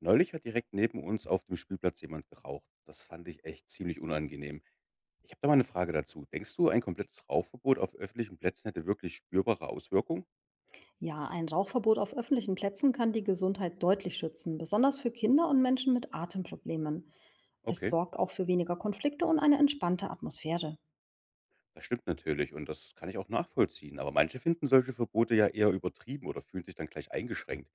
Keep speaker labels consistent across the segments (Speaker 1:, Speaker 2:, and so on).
Speaker 1: Neulich hat direkt neben uns auf dem Spielplatz jemand geraucht. Das fand ich echt ziemlich unangenehm. Ich habe da mal eine Frage dazu. Denkst du, ein komplettes Rauchverbot auf öffentlichen Plätzen hätte wirklich spürbare Auswirkungen?
Speaker 2: Ja, ein Rauchverbot auf öffentlichen Plätzen kann die Gesundheit deutlich schützen, besonders für Kinder und Menschen mit Atemproblemen. Es
Speaker 1: Okay,
Speaker 2: sorgt auch für weniger Konflikte und eine entspannte Atmosphäre.
Speaker 1: das stimmt natürlich und das kann ich auch nachvollziehen. Aber manche finden solche Verbote ja eher übertrieben oder fühlen sich dann gleich eingeschränkt.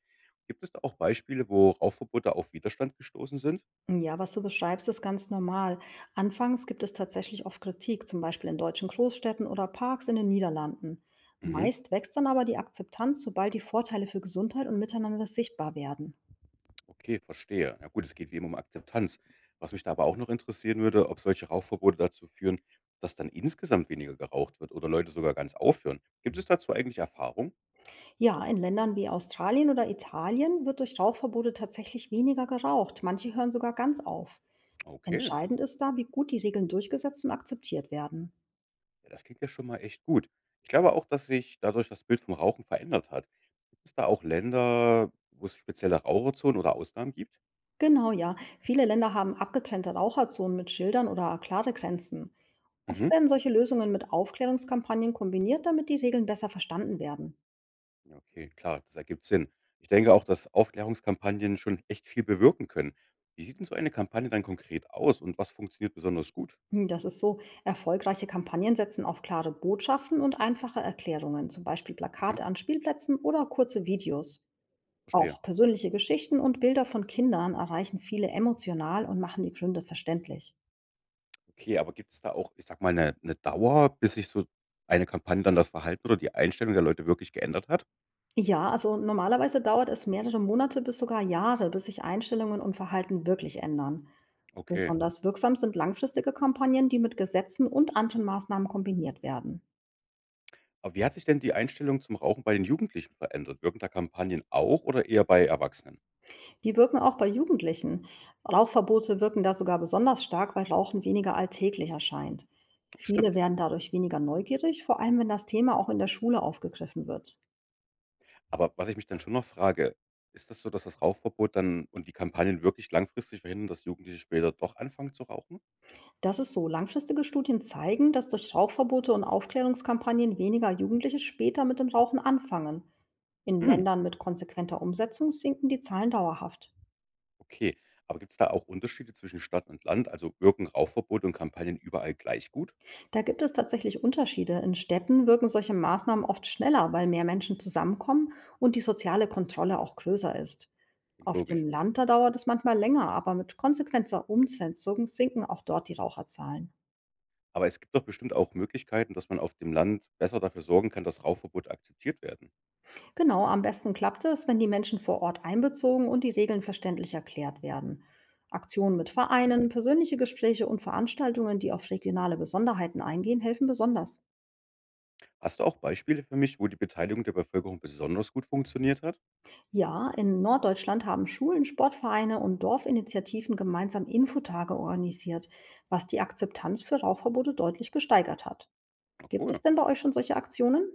Speaker 1: Gibt es da auch Beispiele, wo Rauchverbote auf Widerstand gestoßen sind?
Speaker 2: Ja, was du beschreibst, ist ganz normal. Anfangs gibt es tatsächlich oft Kritik, zum Beispiel in deutschen Großstädten oder Parks in den Niederlanden.
Speaker 1: Mhm.
Speaker 2: Meist wächst dann aber die Akzeptanz, sobald die Vorteile für Gesundheit und Miteinander sichtbar werden.
Speaker 1: Okay, verstehe. Ja gut, es geht wie immer um Akzeptanz. Was mich da aber auch noch interessieren würde, ob solche Rauchverbote dazu führen, dass dann insgesamt weniger geraucht wird oder Leute sogar ganz aufhören. Gibt es dazu eigentlich Erfahrung?
Speaker 2: Ja, in Ländern wie Australien oder Italien wird durch Rauchverbote tatsächlich weniger geraucht. Manche hören sogar ganz auf.
Speaker 1: Okay,
Speaker 2: Entscheidend ist da, wie gut die Regeln durchgesetzt und akzeptiert werden.
Speaker 1: ja, das klingt ja schon mal echt gut. Ich glaube auch, dass sich dadurch das Bild vom Rauchen verändert hat. Gibt es da auch Länder, wo es spezielle Raucherzonen oder Ausnahmen gibt?
Speaker 2: Genau, ja. Viele Länder haben abgetrennte Raucherzonen mit Schildern oder klare Grenzen. Oft
Speaker 1: Mhm.
Speaker 2: werden solche Lösungen mit Aufklärungskampagnen kombiniert, damit die Regeln besser verstanden werden.
Speaker 1: Ja, okay, klar, das ergibt Sinn. Ich denke auch, dass Aufklärungskampagnen schon echt viel bewirken können. Wie sieht denn so eine Kampagne dann konkret aus und was funktioniert besonders gut?
Speaker 2: Hm, Das ist so. Erfolgreiche Kampagnen setzen auf klare Botschaften und einfache Erklärungen, zum Beispiel
Speaker 1: Mhm.
Speaker 2: Plakate an Spielplätzen oder kurze Videos.
Speaker 1: Verstehe.
Speaker 2: Auch persönliche Geschichten und Bilder von Kindern erreichen viele emotional und machen die Gründe verständlich.
Speaker 1: Okay, aber gibt es da auch, ich sag mal, eine Dauer, bis sich so eine Kampagne dann das Verhalten oder die Einstellung der Leute wirklich geändert hat?
Speaker 2: Ja, also normalerweise dauert es mehrere Monate bis sogar Jahre, bis sich Einstellungen und Verhalten wirklich ändern.
Speaker 1: Okay.
Speaker 2: Besonders wirksam sind langfristige Kampagnen, die mit Gesetzen und anderen Maßnahmen kombiniert werden.
Speaker 1: Aber wie hat sich denn die Einstellung zum Rauchen bei den Jugendlichen verändert? Wirken da Kampagnen auch oder eher bei Erwachsenen?
Speaker 2: Die wirken auch bei Jugendlichen. Rauchverbote wirken da sogar besonders stark, weil Rauchen weniger alltäglich erscheint. Viele
Speaker 1: Stimmt.
Speaker 2: werden dadurch weniger neugierig, vor allem wenn das Thema auch in der Schule aufgegriffen wird.
Speaker 1: Aber was ich mich dann schon noch frage, ist das so, dass das Rauchverbot dann und die Kampagnen wirklich langfristig verhindern, dass Jugendliche später doch anfangen zu rauchen?
Speaker 2: Das ist so: Langfristige Studien zeigen, dass durch Rauchverbote und Aufklärungskampagnen weniger Jugendliche später mit dem Rauchen anfangen. In
Speaker 1: Hm,
Speaker 2: Ländern mit konsequenter Umsetzung sinken die Zahlen dauerhaft.
Speaker 1: okay. Aber gibt es da auch Unterschiede zwischen Stadt und Land? Also wirken Rauchverbot und Kampagnen überall gleich gut?
Speaker 2: Da gibt es tatsächlich Unterschiede. In Städten wirken solche Maßnahmen oft schneller, weil mehr Menschen zusammenkommen und die soziale Kontrolle auch größer ist.
Speaker 1: Klingt
Speaker 2: Auf
Speaker 1: logisch.
Speaker 2: dem
Speaker 1: Ja.
Speaker 2: Land, da dauert es manchmal länger, aber mit konsequenter Umsetzung sinken auch dort die Raucherzahlen.
Speaker 1: Aber es gibt doch bestimmt auch Möglichkeiten, dass man auf dem Land besser dafür sorgen kann, dass Rauchverbote akzeptiert werden.
Speaker 2: Genau, am besten klappt es, wenn die Menschen vor Ort einbezogen und die Regeln verständlich erklärt werden. Aktionen mit Vereinen, persönliche Gespräche und Veranstaltungen, die auf regionale Besonderheiten eingehen, helfen besonders.
Speaker 1: Hast du auch Beispiele für mich, wo die Beteiligung der Bevölkerung besonders gut funktioniert hat?
Speaker 2: Ja, in Norddeutschland haben Schulen, Sportvereine und Dorfinitiativen gemeinsam Infotage organisiert, was die Akzeptanz für Rauchverbote deutlich gesteigert hat.
Speaker 1: Na
Speaker 2: Gibt
Speaker 1: cool.
Speaker 2: es denn bei euch schon solche Aktionen?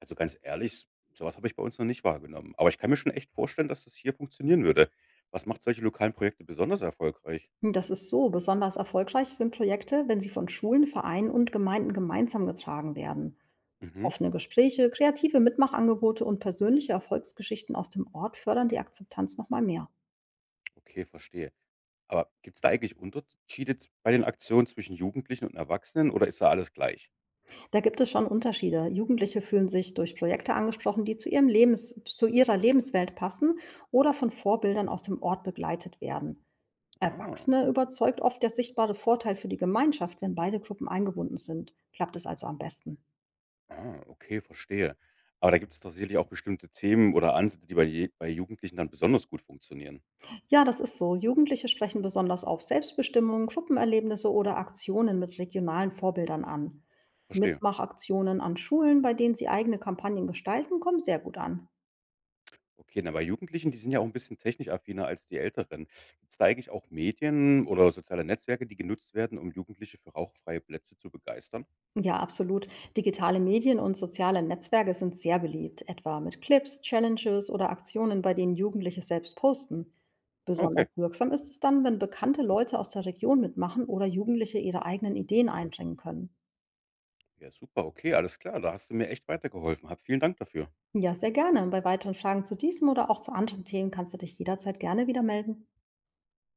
Speaker 1: Also ganz ehrlich, sowas habe ich bei uns noch nicht wahrgenommen. Aber ich kann mir schon echt vorstellen, dass das hier funktionieren würde. Was macht solche lokalen Projekte besonders erfolgreich?
Speaker 2: Das ist so: Besonders erfolgreich sind Projekte, wenn sie von Schulen, Vereinen und Gemeinden gemeinsam getragen werden.
Speaker 1: Mhm.
Speaker 2: Offene Gespräche, kreative Mitmachangebote und persönliche Erfolgsgeschichten aus dem Ort fördern die Akzeptanz nochmal mehr.
Speaker 1: Okay, verstehe. Aber gibt es da eigentlich Unterschiede bei den Aktionen zwischen Jugendlichen und Erwachsenen oder ist da alles gleich?
Speaker 2: Da gibt es schon Unterschiede. Jugendliche fühlen sich durch Projekte angesprochen, die zu ihrem Lebens zu ihrer Lebenswelt passen oder von Vorbildern aus dem Ort begleitet werden.
Speaker 1: Ah.
Speaker 2: Erwachsene überzeugt oft der sichtbare Vorteil für die Gemeinschaft. Wenn beide Gruppen eingebunden sind, klappt es also am besten.
Speaker 1: Ah, okay, verstehe. Aber da gibt's doch sicherlich auch bestimmte Themen oder Ansätze, die bei Jugendlichen dann besonders gut funktionieren.
Speaker 2: Ja, das ist so: Jugendliche sprechen besonders auf Selbstbestimmung, Gruppenerlebnisse oder Aktionen mit regionalen Vorbildern an.
Speaker 1: Verstehe.
Speaker 2: Mitmachaktionen an Schulen, bei denen sie eigene Kampagnen gestalten, kommen sehr gut an.
Speaker 1: Okay, na, bei Jugendlichen, die sind ja auch ein bisschen technikaffiner als die Älteren. Gibt's da eigentlich auch Medien oder soziale Netzwerke, die genutzt werden, um Jugendliche für rauchfreie Plätze zu begeistern?
Speaker 2: Ja, absolut. Digitale Medien und soziale Netzwerke sind sehr beliebt, etwa mit Clips, Challenges oder Aktionen, bei denen Jugendliche selbst posten.
Speaker 1: Ah,
Speaker 2: Besonders
Speaker 1: okay.
Speaker 2: wirksam ist es dann, wenn bekannte Leute aus der Region mitmachen oder Jugendliche ihre eigenen Ideen einbringen können.
Speaker 1: Ja, super, okay, alles klar. Da hast du mir echt weitergeholfen. Hab vielen Dank dafür.
Speaker 2: Ja, sehr gerne. Bei weiteren Fragen zu diesem oder auch zu anderen Themen kannst du dich jederzeit gerne wieder melden.